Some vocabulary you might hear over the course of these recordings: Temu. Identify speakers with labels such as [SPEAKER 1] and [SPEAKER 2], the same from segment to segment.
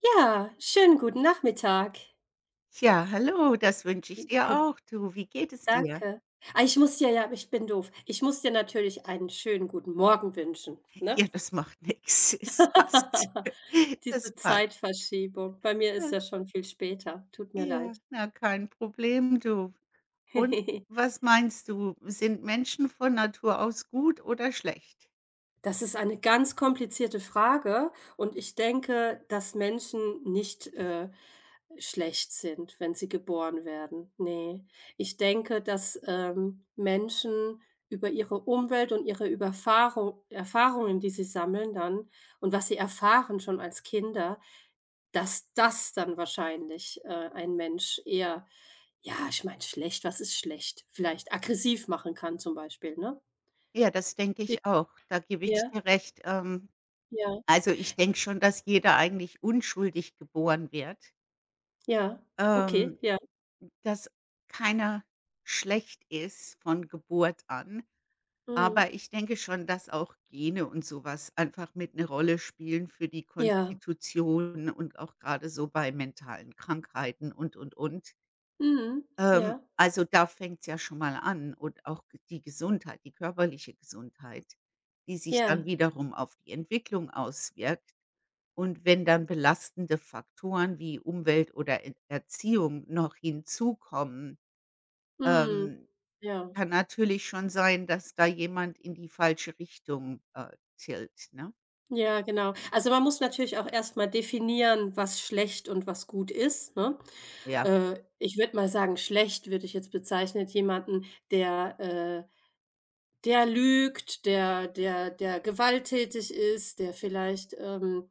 [SPEAKER 1] Ja, schönen guten Nachmittag.
[SPEAKER 2] Ja, hallo, das wünsche ich dir auch. Du, wie geht es dir?
[SPEAKER 1] Danke. Ah, ich bin doof. Ich muss dir natürlich einen schönen guten Morgen wünschen, ne?
[SPEAKER 2] Ja, das macht nix. Es passt. Das
[SPEAKER 1] Diese
[SPEAKER 2] passt.
[SPEAKER 1] Zeitverschiebung. Bei mir ist
[SPEAKER 2] Das
[SPEAKER 1] ja schon viel später. Tut mir
[SPEAKER 2] Ja,
[SPEAKER 1] leid.
[SPEAKER 2] na, kein Problem, du. Und was meinst du, sind Menschen von Natur aus gut oder schlecht?
[SPEAKER 1] Das ist eine ganz komplizierte Frage, und ich denke, dass Menschen nicht, schlecht sind, wenn sie geboren werden. Ne. Ich denke, dass, Menschen über ihre Umwelt und ihre Überfahrung Erfahrungen, die sie sammeln dann, und was sie erfahren schon als Kinder, dass das dann wahrscheinlich, ein Mensch eher, ja, ich meine, schlecht, was ist schlecht? Vielleicht aggressiv machen kann, zum Beispiel, ne?
[SPEAKER 2] Ja, das denke
[SPEAKER 1] Wie,
[SPEAKER 2] ich auch. Da gebe ich
[SPEAKER 1] ja,
[SPEAKER 2] dir recht. Ähm,
[SPEAKER 1] ja.
[SPEAKER 2] also, ich denke schon, dass jeder eigentlich unschuldig geboren wird,
[SPEAKER 1] Ja,
[SPEAKER 2] ähm,
[SPEAKER 1] okay, ja.
[SPEAKER 2] dass keiner schlecht ist von Geburt an.
[SPEAKER 1] Mhm.
[SPEAKER 2] Aber ich denke schon, dass auch Gene und sowas einfach mit 'ne Rolle spielen für die
[SPEAKER 1] Ja.
[SPEAKER 2] Konstitution und auch grade so bei mentalen Krankheiten und.
[SPEAKER 1] Mhm.
[SPEAKER 2] Ähm,
[SPEAKER 1] Ja.
[SPEAKER 2] also, da fängt's ja schon mal an und auch g die Gesundheit, die körperliche Gesundheit, die sich dann
[SPEAKER 1] Ja.
[SPEAKER 2] wiederum auf die Entwicklung auswirkt. Und wenn dann belastende Faktoren wie Umwelt oder Ent Erziehung noch hinzukommen,
[SPEAKER 1] Mhm.
[SPEAKER 2] ähm
[SPEAKER 1] Ja.
[SPEAKER 2] kann natürlich schon sein, dass da jemand in die falsche Richtung, tilt, ne?
[SPEAKER 1] Ja, genau. Also, man muss natürlich auch erst mal definieren, was schlecht und was gut ist, ne?
[SPEAKER 2] Ja.
[SPEAKER 1] Ich würde mal sagen, schlecht würde ich jetzt bezeichnen, jemanden, der, der lügt, der gewalttätig ist, der vielleicht,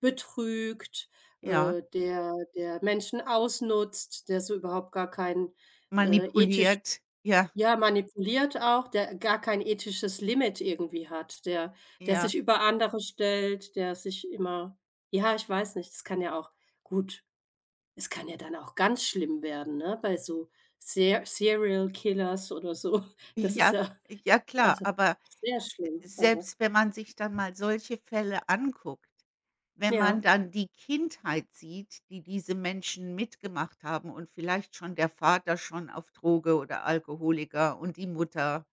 [SPEAKER 1] betrügt,
[SPEAKER 2] Ja,
[SPEAKER 1] der Menschen ausnutzt, der so überhaupt gar keinen, ethisch
[SPEAKER 2] manipuliert. Ja,
[SPEAKER 1] ja, manipuliert auch, der gar kein ethisches Limit irgendwie hat, der
[SPEAKER 2] ja,
[SPEAKER 1] sich über andere stellt, der sich immer, ja, ich weiß nicht, es kann ja auch gut, es kann ja dann auch ganz schlimm werden, ne, bei so Se Serial Killers oder so. Das ist
[SPEAKER 2] ja,
[SPEAKER 1] ja
[SPEAKER 2] ja klar,
[SPEAKER 1] also
[SPEAKER 2] aber
[SPEAKER 1] sehr
[SPEAKER 2] s
[SPEAKER 1] schlimm. Also,
[SPEAKER 2] selbst wenn man sich dann mal solche Fälle anguckt, wenn man
[SPEAKER 1] ja,
[SPEAKER 2] dann die Kindheit sieht, die diese Menschen mitgemacht haben und vielleicht schon der Vater schon auf Droge oder Alkoholiker und die Mutter.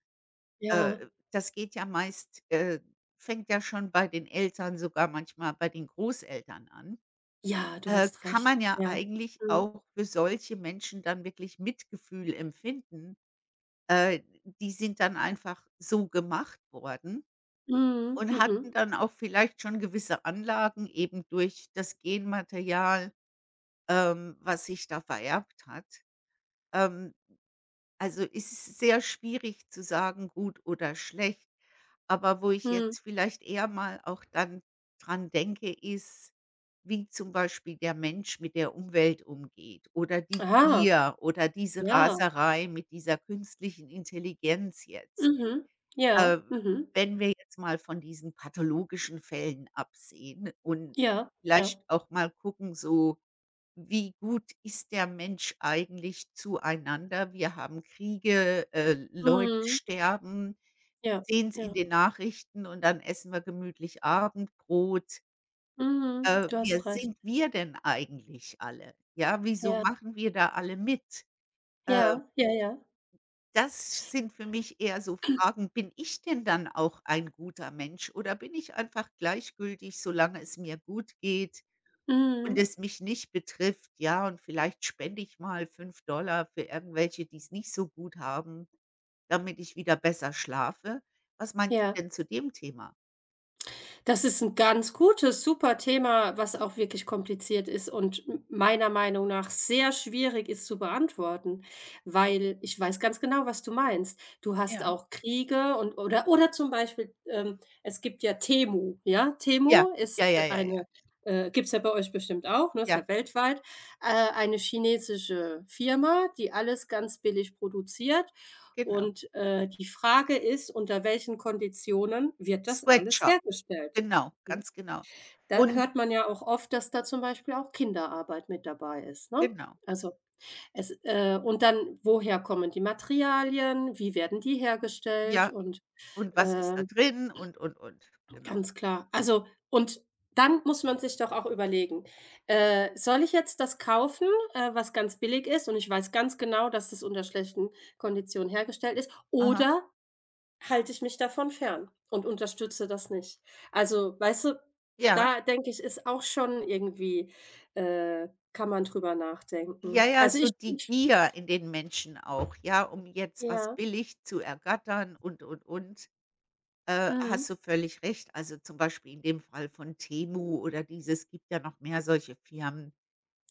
[SPEAKER 1] ja,
[SPEAKER 2] Das geht ja meist fängt ja schon bei den Eltern, sogar manchmal bei den Großeltern an.
[SPEAKER 1] ja, du
[SPEAKER 2] Äh,
[SPEAKER 1] hast
[SPEAKER 2] kann man
[SPEAKER 1] recht.
[SPEAKER 2] ja
[SPEAKER 1] Ja.
[SPEAKER 2] eigentlich
[SPEAKER 1] Mhm.
[SPEAKER 2] auch für solche Menschen dann wirklich Mitgefühl empfinden. Äh, die sind dann einfach so gemacht worden
[SPEAKER 1] Mhm.
[SPEAKER 2] und
[SPEAKER 1] Mhm.
[SPEAKER 2] hatten dann auch vielleicht schon gewisse Anlagen eben durch das Genmaterial, was sich da vererbt hat. Ähm, Also, ist es sehr schwierig zu sagen, gut oder schlecht. Aber wo ich
[SPEAKER 1] Mhm.
[SPEAKER 2] jetzt vielleicht eher mal auch dann dran denke, ist, wie zum Beispiel der Mensch mit der Umwelt umgeht oder die
[SPEAKER 1] Ah,
[SPEAKER 2] Gier oder diese
[SPEAKER 1] ja.
[SPEAKER 2] Raserei mit dieser künstlichen Intelligenz jetzt.
[SPEAKER 1] Mhm.
[SPEAKER 2] Äh,
[SPEAKER 1] Ja. Mhm.
[SPEAKER 2] wenn wir jetzt mal von diesen pathologischen Fällen absehen und
[SPEAKER 1] Ja,
[SPEAKER 2] vielleicht
[SPEAKER 1] ja.
[SPEAKER 2] auch mal gucken, so wie gut ist der Mensch eigentlich zueinander? Wir haben Kriege, Mhm. Leute
[SPEAKER 1] Mhm.
[SPEAKER 2] sterben, wir
[SPEAKER 1] Ja,
[SPEAKER 2] sehen es in
[SPEAKER 1] ja.
[SPEAKER 2] den Nachrichten und dann essen wir gemütlich Abendbrot.
[SPEAKER 1] Mhm.
[SPEAKER 2] Mhm. Äh,
[SPEAKER 1] Du
[SPEAKER 2] wer
[SPEAKER 1] hast recht.
[SPEAKER 2] sind wir denn eigentlich alle? Ja, wieso
[SPEAKER 1] Ja.
[SPEAKER 2] machen wir da alle mit? Äh,
[SPEAKER 1] Ja, ja, ja.
[SPEAKER 2] das sind für mich eher so Fragen, bin ich denn dann auch ein guter Mensch oder bin ich einfach gleichgültig, solange es mir gut geht? Und
[SPEAKER 1] Mhm.
[SPEAKER 2] es mich nicht betrifft, ja, und vielleicht spende ich mal $5 für irgendwelche, die es nicht so gut haben, damit ich wieder besser schlafe. Was meinst du
[SPEAKER 1] Ja.
[SPEAKER 2] denn zu dem Thema?
[SPEAKER 1] Das ist ein ganz gutes, super Thema, was auch wirklich kompliziert ist und m meiner Meinung nach sehr schwierig ist zu beantworten, weil ich weiß ganz genau, was du meinst. Du hast
[SPEAKER 2] Ja.
[SPEAKER 1] auch Kriege und, oder zum Beispiel, es gibt ja?
[SPEAKER 2] Ja,
[SPEAKER 1] Temu
[SPEAKER 2] ja,
[SPEAKER 1] ist
[SPEAKER 2] ja, ja,
[SPEAKER 1] eine,
[SPEAKER 2] ja,
[SPEAKER 1] gibt's ja bei euch bestimmt auch, ne, ist
[SPEAKER 2] ja,
[SPEAKER 1] ja weltweit, eine chinesische Firma, die alles ganz billig produziert,
[SPEAKER 2] genau.
[SPEAKER 1] und, die Frage ist, unter welchen Konditionen wird das alles
[SPEAKER 2] Sweatshop,
[SPEAKER 1] hergestellt,
[SPEAKER 2] genau,
[SPEAKER 1] ne?
[SPEAKER 2] ganz genau.
[SPEAKER 1] Da
[SPEAKER 2] Und
[SPEAKER 1] hört man ja auch oft, dass da zum Beispiel auch Kinderarbeit mit dabei ist, ne?
[SPEAKER 2] genau,
[SPEAKER 1] Also, es und dann, woher kommen die Materialien? Wie werden die hergestellt?
[SPEAKER 2] ja,
[SPEAKER 1] Und,
[SPEAKER 2] und was ist da
[SPEAKER 1] ähm,
[SPEAKER 2] drin und, genau.
[SPEAKER 1] ganz klar. Also, und dann muss man sich doch auch überlegen, soll ich jetzt das kaufen, was ganz billig ist, und ich weiß ganz genau, dass das unter schlechten Konditionen hergestellt ist,
[SPEAKER 2] Aha,
[SPEAKER 1] oder halte ich mich davon fern und unterstütze das nicht. Also, weißt du,
[SPEAKER 2] ja.
[SPEAKER 1] da denke ich, ist auch schon irgendwie, äh, kann man drüber
[SPEAKER 2] Ja,
[SPEAKER 1] nachdenken.
[SPEAKER 2] ja,
[SPEAKER 1] Also,
[SPEAKER 2] so
[SPEAKER 1] ich
[SPEAKER 2] die
[SPEAKER 1] ich
[SPEAKER 2] Gier in den Menschen auch, ja, um jetzt was
[SPEAKER 1] ja,
[SPEAKER 2] billig zu ergattern und. Hast
[SPEAKER 1] mhm.
[SPEAKER 2] du völlig recht. Also, zum Beispiel in dem Fall von Temu oder dieses gibt ja noch mehr solche Firmen.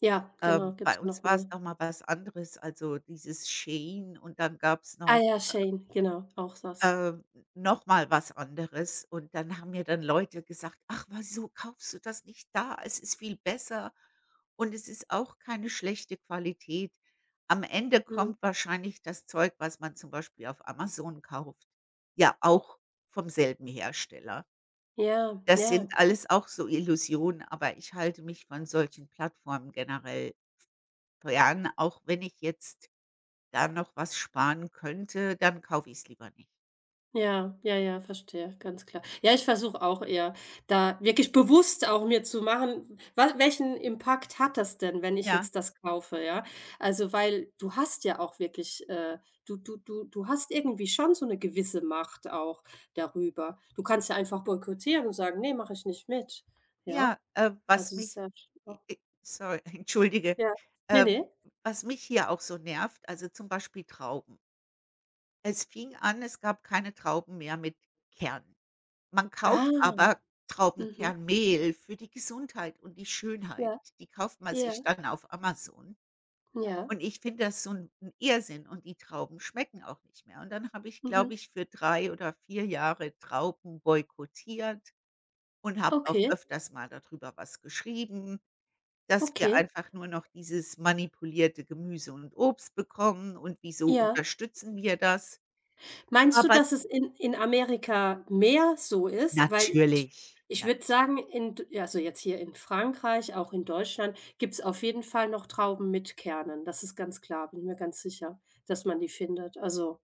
[SPEAKER 1] Ja, genau,
[SPEAKER 2] Bei
[SPEAKER 1] gibt's
[SPEAKER 2] uns
[SPEAKER 1] noch
[SPEAKER 2] war es
[SPEAKER 1] mehr.
[SPEAKER 2] noch mal was anderes, also dieses Shein und dann gab es
[SPEAKER 1] Ah
[SPEAKER 2] noch,
[SPEAKER 1] ja, Shane, genau, auch das.
[SPEAKER 2] äh, noch mal was anderes und dann haben mir dann Leute gesagt: „Ach, wieso kaufst du das nicht da? Es ist viel besser und es ist auch keine schlechte Qualität.“ Am Ende
[SPEAKER 1] Mhm.
[SPEAKER 2] kommt wahrscheinlich das Zeug, was man zum Beispiel auf Amazon kauft, ja auch vom selben Hersteller.
[SPEAKER 1] Ja,
[SPEAKER 2] Das
[SPEAKER 1] ja,
[SPEAKER 2] sind alles auch so Illusionen, aber ich halte mich von solchen Plattformen generell fern. Auch wenn ich jetzt da noch was sparen könnte, dann kaufe ich es lieber nicht.
[SPEAKER 1] ja, ja, ja, verstehe, ganz klar. Ja, ich versuche auch eher, da wirklich bewusst auch mir zu machen, was welchen Impact hat das denn, wenn ich
[SPEAKER 2] Ja,
[SPEAKER 1] jetzt das kaufe, ja? Also, weil du hast ja auch wirklich, du hast irgendwie schon so eine gewisse Macht auch darüber. Du kannst ja einfach boykottieren und sagen: „Nee, mache ich nicht mit.“
[SPEAKER 2] ja,
[SPEAKER 1] Ja?
[SPEAKER 2] was
[SPEAKER 1] Also, es ist
[SPEAKER 2] mich
[SPEAKER 1] ja
[SPEAKER 2] i
[SPEAKER 1] auch
[SPEAKER 2] i sorry, entschuldige.
[SPEAKER 1] ja. Nee,
[SPEAKER 2] Äh,
[SPEAKER 1] nee.
[SPEAKER 2] was mich hier auch so nervt, also zum Beispiel Trauben. Es fing an, es gab keine Trauben mehr mit Kern. Man kauft
[SPEAKER 1] Ah,
[SPEAKER 2] aber
[SPEAKER 1] mhm.
[SPEAKER 2] Traubenkernmehl für die Gesundheit und die Schönheit.
[SPEAKER 1] Ja,
[SPEAKER 2] Die kauft man
[SPEAKER 1] ja,
[SPEAKER 2] sich dann auf Amazon.
[SPEAKER 1] ja.
[SPEAKER 2] Und ich finde das so 'n 'n Irrsinn und die Trauben schmecken auch nicht mehr. Und dann habe ich, glaube
[SPEAKER 1] Mhm.
[SPEAKER 2] ich, für 3 oder 4 Jahre Trauben boykottiert und habe auch
[SPEAKER 1] Okay,
[SPEAKER 2] öfters mal dadrüber was geschrieben, dass wir
[SPEAKER 1] okay.
[SPEAKER 2] einfach nur noch dieses manipulierte Gemüse und Obst bekommen und wieso
[SPEAKER 1] Ja.
[SPEAKER 2] unterstützen wir das?
[SPEAKER 1] Meinst du,
[SPEAKER 2] Aber
[SPEAKER 1] dass es in Amerika mehr so ist? Weil ich,
[SPEAKER 2] natürlich, nat
[SPEAKER 1] würde sagen, in d ja, also jetzt hier in Frankreich, auch in Deutschland, gibt es auf jeden Fall noch Trauben mit Kernen. Das ist ganz klar, bin ich mir ganz sicher, dass man die findet. Also,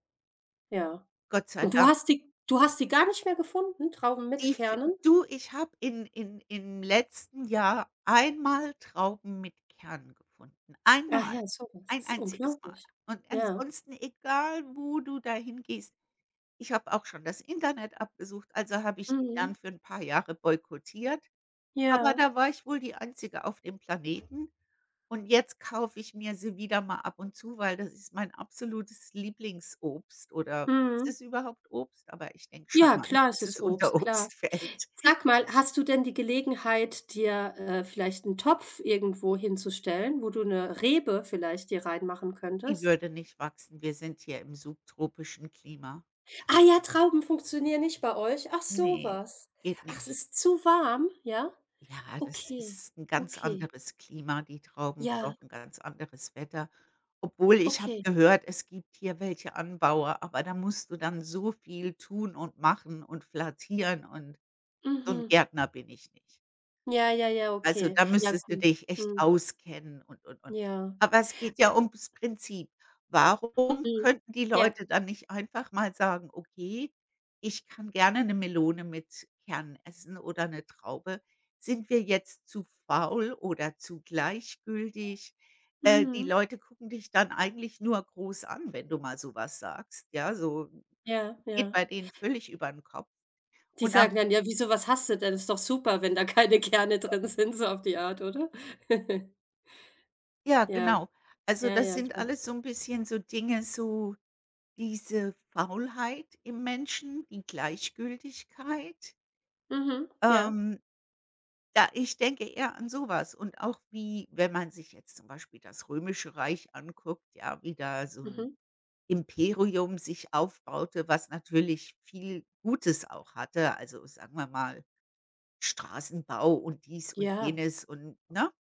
[SPEAKER 1] ja.
[SPEAKER 2] Gott sei
[SPEAKER 1] Und du
[SPEAKER 2] Dank.
[SPEAKER 1] hast die, gar nicht mehr gefunden, Trauben
[SPEAKER 2] Die
[SPEAKER 1] mit
[SPEAKER 2] f
[SPEAKER 1] Kernen?
[SPEAKER 2] Du, ich habe in im letzten Jahr einmal Trauben mit Kern gefunden.
[SPEAKER 1] Ach
[SPEAKER 2] Einmal,
[SPEAKER 1] ja, so was.
[SPEAKER 2] ein
[SPEAKER 1] Ist
[SPEAKER 2] einziges Mal.
[SPEAKER 1] unglaublich.
[SPEAKER 2] Und
[SPEAKER 1] Ja.
[SPEAKER 2] ansonsten, egal wo du dahin gehst, ich habe auch schon das Internet abgesucht, also habe ich die dann
[SPEAKER 1] Mhm.
[SPEAKER 2] für 'n paar Jahre boykottiert. Aber
[SPEAKER 1] Ja.
[SPEAKER 2] da war ich wohl die Einzige auf dem Planeten und jetzt kaufe ich mir sie wieder mal ab und zu, weil das ist mein absolutes Lieblingsobst oder ist
[SPEAKER 1] Mhm.
[SPEAKER 2] es überhaupt Obst? Aber ich denke schon
[SPEAKER 1] Ja,
[SPEAKER 2] mal,
[SPEAKER 1] klar, es
[SPEAKER 2] dass es
[SPEAKER 1] ist
[SPEAKER 2] unter
[SPEAKER 1] Obst, klar.
[SPEAKER 2] Obst fällt.
[SPEAKER 1] Sag mal, hast du denn die Gelegenheit, dir, vielleicht 'n Topf irgendwo hinzustellen, wo du 'ne Rebe vielleicht dir reinmachen
[SPEAKER 2] Die
[SPEAKER 1] könntest?
[SPEAKER 2] würde nicht wachsen. Wir sind hier im subtropischen Klima.
[SPEAKER 1] Ah ja, Trauben funktionieren nicht bei euch. Ach, so
[SPEAKER 2] Ne.
[SPEAKER 1] was.
[SPEAKER 2] Geht
[SPEAKER 1] Ach, es
[SPEAKER 2] nicht.
[SPEAKER 1] ist zu warm, ja?
[SPEAKER 2] Ja, das
[SPEAKER 1] Okay,
[SPEAKER 2] ist 'n ganz
[SPEAKER 1] okay.
[SPEAKER 2] anderes Klima. Die Trauben
[SPEAKER 1] Ja,
[SPEAKER 2] brauchen ganz anderes Wetter. Obwohl, ich habe
[SPEAKER 1] okay.
[SPEAKER 2] gehört, es gibt hier welche Anbauer, aber da musst du dann so viel tun und machen und flattieren und so 'n
[SPEAKER 1] Mhm.
[SPEAKER 2] Gärtner bin ich nicht.
[SPEAKER 1] Ja, ja, ja,
[SPEAKER 2] Also,
[SPEAKER 1] okay.
[SPEAKER 2] da
[SPEAKER 1] Ja,
[SPEAKER 2] müsstest du
[SPEAKER 1] gut.
[SPEAKER 2] dich echt
[SPEAKER 1] Mhm.
[SPEAKER 2] auskennen und.
[SPEAKER 1] Ja.
[SPEAKER 2] Aber es geht ja ums Prinzip. Warum
[SPEAKER 1] Mhm.
[SPEAKER 2] könnten die
[SPEAKER 1] Ja.
[SPEAKER 2] Leute dann nicht einfach mal sagen: „Okay, ich kann gerne 'ne Melone mit Kern essen oder 'ne Traube.“ Sind wir jetzt zu faul oder zu gleichgültig? Die
[SPEAKER 1] Mhm.
[SPEAKER 2] Leute gucken dich dann eigentlich nur groß an, wenn du mal so was sagst, ja? So
[SPEAKER 1] Ja,
[SPEAKER 2] geht
[SPEAKER 1] ja.
[SPEAKER 2] bei denen völlig über 'n Kopf.
[SPEAKER 1] Die
[SPEAKER 2] Und am
[SPEAKER 1] sagen dann: „Ja, wieso, was hast du denn? Ist doch super, wenn da keine Kerne drin sind“, so auf die Art, oder?
[SPEAKER 2] Ja,
[SPEAKER 1] Ja,
[SPEAKER 2] genau. Also,
[SPEAKER 1] ja,
[SPEAKER 2] das
[SPEAKER 1] ja,
[SPEAKER 2] sind
[SPEAKER 1] klar.
[SPEAKER 2] alles so 'n bisschen so Dinge, so diese Faulheit im Menschen, die Gleichgültigkeit,
[SPEAKER 1] Mhm, ja,
[SPEAKER 2] ähm, da ich denke eher an sowas und auch wie wenn man sich jetzt zum Beispiel das Römische Reich anguckt, ja, wie da so
[SPEAKER 1] mhm.
[SPEAKER 2] ein Imperium sich aufbaute, was natürlich viel Gutes auch hatte. Also, sagen wir mal, Straßenbau und dies und
[SPEAKER 1] Ja,
[SPEAKER 2] jenes und ne?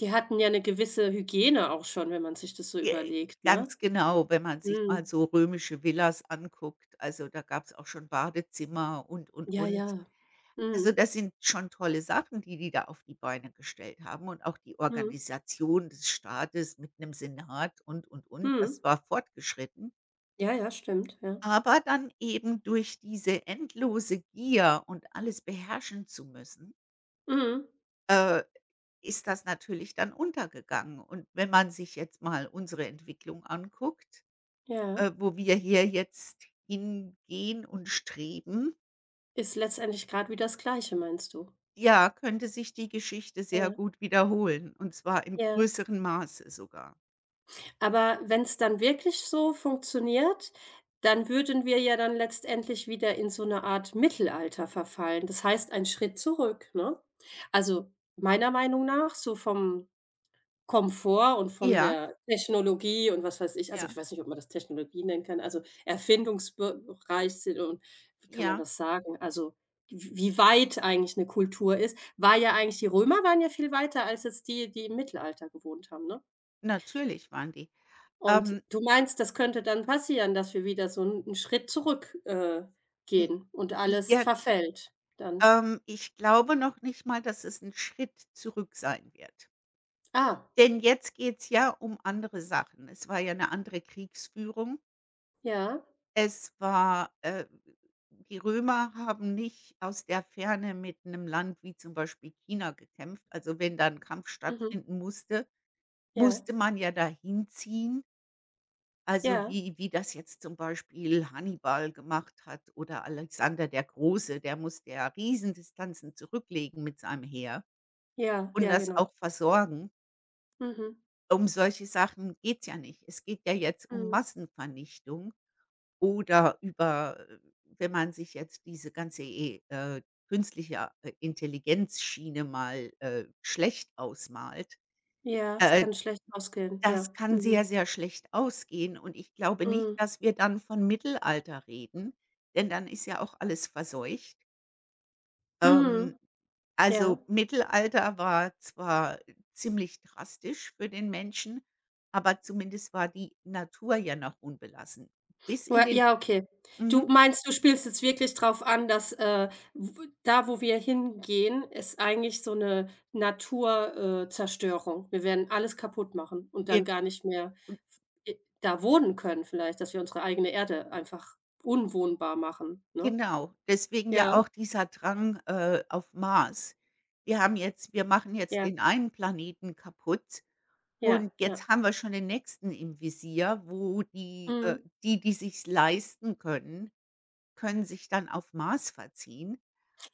[SPEAKER 1] die hatten ja 'ne gewisse Hygiene auch schon, wenn man sich das so
[SPEAKER 2] Ge
[SPEAKER 1] überlegt, ne?
[SPEAKER 2] ganz genau, wenn man sich mal
[SPEAKER 1] Mhm.
[SPEAKER 2] so römische Villas anguckt, also, da gab es auch schon Badezimmer und, und,
[SPEAKER 1] Ja,
[SPEAKER 2] und.
[SPEAKER 1] ja.
[SPEAKER 2] Also,
[SPEAKER 1] Mhm,
[SPEAKER 2] das sind schon tolle Sachen, die die da auf die Beine gestellt haben und auch die
[SPEAKER 1] mhm,
[SPEAKER 2] Organisation des Staates mit 'nem Senat und.
[SPEAKER 1] mhm.
[SPEAKER 2] Das war fortgeschritten.
[SPEAKER 1] Ja, ja, stimmt, ja.
[SPEAKER 2] Aber dann eben durch diese endlose Gier und alles beherrschen zu müssen,
[SPEAKER 1] Mhm,
[SPEAKER 2] äh, ist das natürlich dann untergegangen. Und wenn man sich jetzt mal unsere Entwicklung anguckt,
[SPEAKER 1] ja.
[SPEAKER 2] wo wir hier jetzt hingehen und streben.
[SPEAKER 1] Ist letztendlich grad wie das Gleiche, meinst du?
[SPEAKER 2] Ja, könnte sich die Geschichte sehr
[SPEAKER 1] Ja,
[SPEAKER 2] gut wiederholen und zwar im
[SPEAKER 1] ja.
[SPEAKER 2] größeren Maße sogar.
[SPEAKER 1] Aber wenn's dann wirklich so funktioniert, dann würden wir ja dann letztendlich wieder in so 'ne Art Mittelalter verfallen. Das heißt, ein Schritt zurück, ne? Also, meiner Meinung nach, so vom Komfort und von
[SPEAKER 2] Ja,
[SPEAKER 1] der Technologie und was weiß ich. Also, ich
[SPEAKER 2] ja,
[SPEAKER 1] weiß nicht, ob man das Technologie nennen kann. Also, erfindungsbereich sind und wie kann man
[SPEAKER 2] ja,
[SPEAKER 1] das sagen? Also, w wie weit eigentlich eine Kultur ist, war ja eigentlich, die Römer waren ja viel weiter als jetzt die, die im Mittelalter gewohnt haben, ne?
[SPEAKER 2] natürlich waren die.
[SPEAKER 1] Und
[SPEAKER 2] Ähm,
[SPEAKER 1] du meinst, das könnte dann passieren, dass wir wieder so 'n Schritt zurück,
[SPEAKER 2] hm,
[SPEAKER 1] gehen und alles
[SPEAKER 2] ja,
[SPEAKER 1] verfällt dann?
[SPEAKER 2] ähm, ich glaube noch nicht mal, dass es ein Schritt zurück sein wird.
[SPEAKER 1] Ah,
[SPEAKER 2] Denn jetzt geht's ja um andere Sachen. Es war ja eine andere Kriegsführung.
[SPEAKER 1] ja,
[SPEAKER 2] Es war, die Römer haben nicht aus der Ferne mit einem Land wie zum Beispiel China gekämpft. Also, wenn da 'n Kampf
[SPEAKER 1] mhm,
[SPEAKER 2] stattfinden musste,
[SPEAKER 1] ja,
[SPEAKER 2] musste man ja dahin ziehen, also
[SPEAKER 1] ja,
[SPEAKER 2] wie das jetzt zum Beispiel Hannibal gemacht hat oder Alexander der Große, der musste ja Riesendistanzen zurücklegen mit seinem Heer
[SPEAKER 1] ja,
[SPEAKER 2] und
[SPEAKER 1] ja,
[SPEAKER 2] das
[SPEAKER 1] genau.
[SPEAKER 2] auch versorgen.
[SPEAKER 1] Mhm,
[SPEAKER 2] Um solche Sachen geht's ja nicht. Es geht ja jetzt um
[SPEAKER 1] mhm.
[SPEAKER 2] Massenvernichtung oder über, wenn man sich jetzt diese ganze e künstliche, Intelligenzschiene mal, schlecht ausmalt.
[SPEAKER 1] Ja, es
[SPEAKER 2] Äh
[SPEAKER 1] kann schlecht ausgehen,
[SPEAKER 2] Das
[SPEAKER 1] ja.
[SPEAKER 2] kann sehr,
[SPEAKER 1] Mhm.
[SPEAKER 2] sehr schlecht ausgehen und ich glaube nicht,
[SPEAKER 1] Mhm.
[SPEAKER 2] dass wir dann von Mittelalter reden, denn dann ist ja auch alles verseucht. Ähm,
[SPEAKER 1] Mhm. Ja.
[SPEAKER 2] also, Mittelalter war zwar ziemlich drastisch für den Menschen, aber zumindest war die Natur ja noch unbelassen. Bis in
[SPEAKER 1] Ja,
[SPEAKER 2] den
[SPEAKER 1] ja, okay.
[SPEAKER 2] mhm,
[SPEAKER 1] Du meinst, du spielst jetzt wirklich drauf an, dass, w da, wo wir hingehen, ist eigentlich so eine Naturzerstörung, Zerstörung. Wir werden alles kaputt machen und
[SPEAKER 2] wir
[SPEAKER 1] dann gar nicht mehr f e da wohnen können vielleicht, dass wir unsere eigene Erde einfach unwohnbar machen, ne?
[SPEAKER 2] genau, deswegen ja
[SPEAKER 1] Ja,
[SPEAKER 2] auch dieser Drang, auf Mars. Wir machen jetzt
[SPEAKER 1] ja,
[SPEAKER 2] den einen Planeten kaputt.
[SPEAKER 1] ja,
[SPEAKER 2] Und
[SPEAKER 1] ja.
[SPEAKER 2] jetzt haben wir schon den nächsten im Visier, wo
[SPEAKER 1] Mhm.
[SPEAKER 2] die, die sich's leisten können, können sich dann auf Mars verziehen.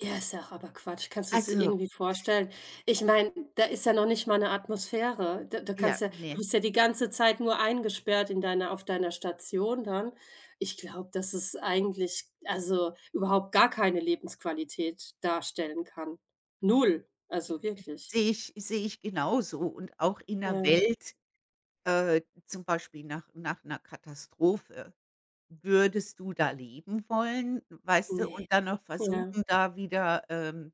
[SPEAKER 1] Ja, ist ja auch aber Quatsch. Kannst du es
[SPEAKER 2] Also,
[SPEAKER 1] irgendwie vorstellen? Ich meine, da ist ja noch nicht mal eine Atmosphäre. Da
[SPEAKER 2] ja,
[SPEAKER 1] kannst ja, du
[SPEAKER 2] ne,
[SPEAKER 1] bist ja die ganze Zeit nur eingesperrt in deiner, auf deiner Station dann. Ich glaube, dass es eigentlich, also, überhaupt gar keine Lebensqualität darstellen kann. Null,
[SPEAKER 2] i
[SPEAKER 1] also
[SPEAKER 2] i
[SPEAKER 1] wirklich.
[SPEAKER 2] sehe ich genauso und auch in der
[SPEAKER 1] Ja.
[SPEAKER 2] Welt, zum Beispiel nach einer Katastrophe. Würdest du da leben wollen, weißt du,
[SPEAKER 1] Ne.
[SPEAKER 2] und dann noch
[SPEAKER 1] Ja.
[SPEAKER 2] versuchen, da wieder,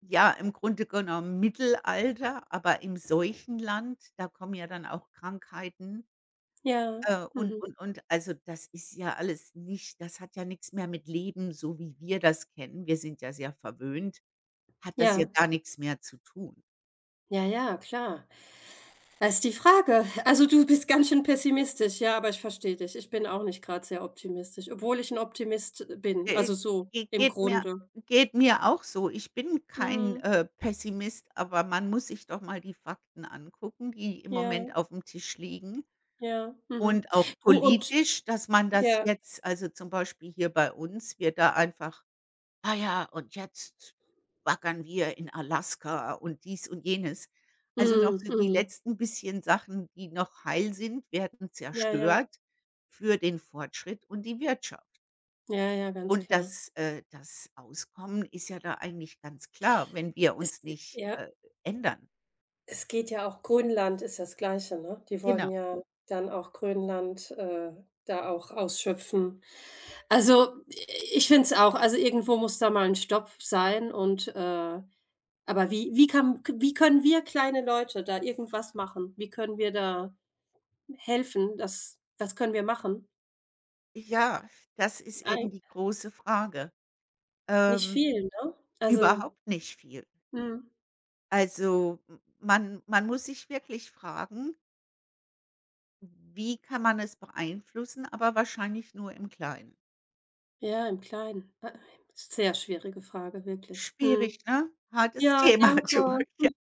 [SPEAKER 2] ja, im Grunde genommen Mittelalter, aber im Seuchenland, da kommen ja dann auch Krankheiten.
[SPEAKER 1] Ja.
[SPEAKER 2] Äh, und
[SPEAKER 1] Mhm.
[SPEAKER 2] und und also, das ist ja alles nicht, das hat ja nichts mehr mit Leben, so wie wir das kennen, wir sind ja sehr verwöhnt, hat das ja
[SPEAKER 1] Ja.
[SPEAKER 2] gar nichts mehr zu tun.
[SPEAKER 1] Ja, ja, klar. Das ist die Frage. Also, du bist ganz schön pessimistisch, ja, aber ich verstehe dich. Ich bin auch nicht gerade sehr optimistisch, obwohl ich ein Optimist bin, also
[SPEAKER 2] Äh,
[SPEAKER 1] so
[SPEAKER 2] ge
[SPEAKER 1] im
[SPEAKER 2] geht mir
[SPEAKER 1] Grunde.
[SPEAKER 2] geht mir auch so. Ich bin kein,
[SPEAKER 1] Mhm.
[SPEAKER 2] äh, Pessimist, aber man muss sich doch mal die Fakten angucken, die im
[SPEAKER 1] Ja,
[SPEAKER 2] Moment auf dem Tisch liegen
[SPEAKER 1] ja, mhm.
[SPEAKER 2] und auch
[SPEAKER 1] Du und,
[SPEAKER 2] politisch, dass man das
[SPEAKER 1] ja,
[SPEAKER 2] jetzt also, zum Beispiel hier bei uns, wir da einfach. Ah ja, und jetzt baggern wir in Alaska und dies und jenes. Also, noch
[SPEAKER 1] mhm,
[SPEAKER 2] so die
[SPEAKER 1] mhm.
[SPEAKER 2] letzten bisschen Sachen, die noch heil sind, werden
[SPEAKER 1] Ja, ja,
[SPEAKER 2] zerstört für den Fortschritt und die Wirtschaft.
[SPEAKER 1] ja, ja, ganz
[SPEAKER 2] Und
[SPEAKER 1] klar.
[SPEAKER 2] das, das Auskommen ist ja da eigentlich ganz klar, wenn wir
[SPEAKER 1] Es
[SPEAKER 2] uns nicht,
[SPEAKER 1] ja,
[SPEAKER 2] ändern.
[SPEAKER 1] es geht ja auch, Grönland ist das Gleiche, ne? Die
[SPEAKER 2] Genau.
[SPEAKER 1] wollen ja dann auch Grönland, da auch ausschöpfen. Also, i ich finde es auch, also, irgendwo muss da mal ein Stopp sein, und, aber wie kann, wie können wir kleine Leute da irgendwas machen? Wie können wir da helfen? Das, was können wir machen?
[SPEAKER 2] Ja, das ist eben
[SPEAKER 1] Ei
[SPEAKER 2] die große Frage.
[SPEAKER 1] nicht
[SPEAKER 2] Ähm,
[SPEAKER 1] viel, ne? Also,
[SPEAKER 2] überhaupt nicht viel.
[SPEAKER 1] mhm,
[SPEAKER 2] Also, m man man muss sich wirklich fragen. Wie kann man es beeinflussen? Aber wahrscheinlich nur im Kleinen.
[SPEAKER 1] ja, im Kleinen. Sehr schwierige Frage, wirklich.
[SPEAKER 2] Schwierig,
[SPEAKER 1] Mhm.
[SPEAKER 2] ne? Hartes
[SPEAKER 1] Ja,
[SPEAKER 2] Thema,
[SPEAKER 1] danke.
[SPEAKER 2] du.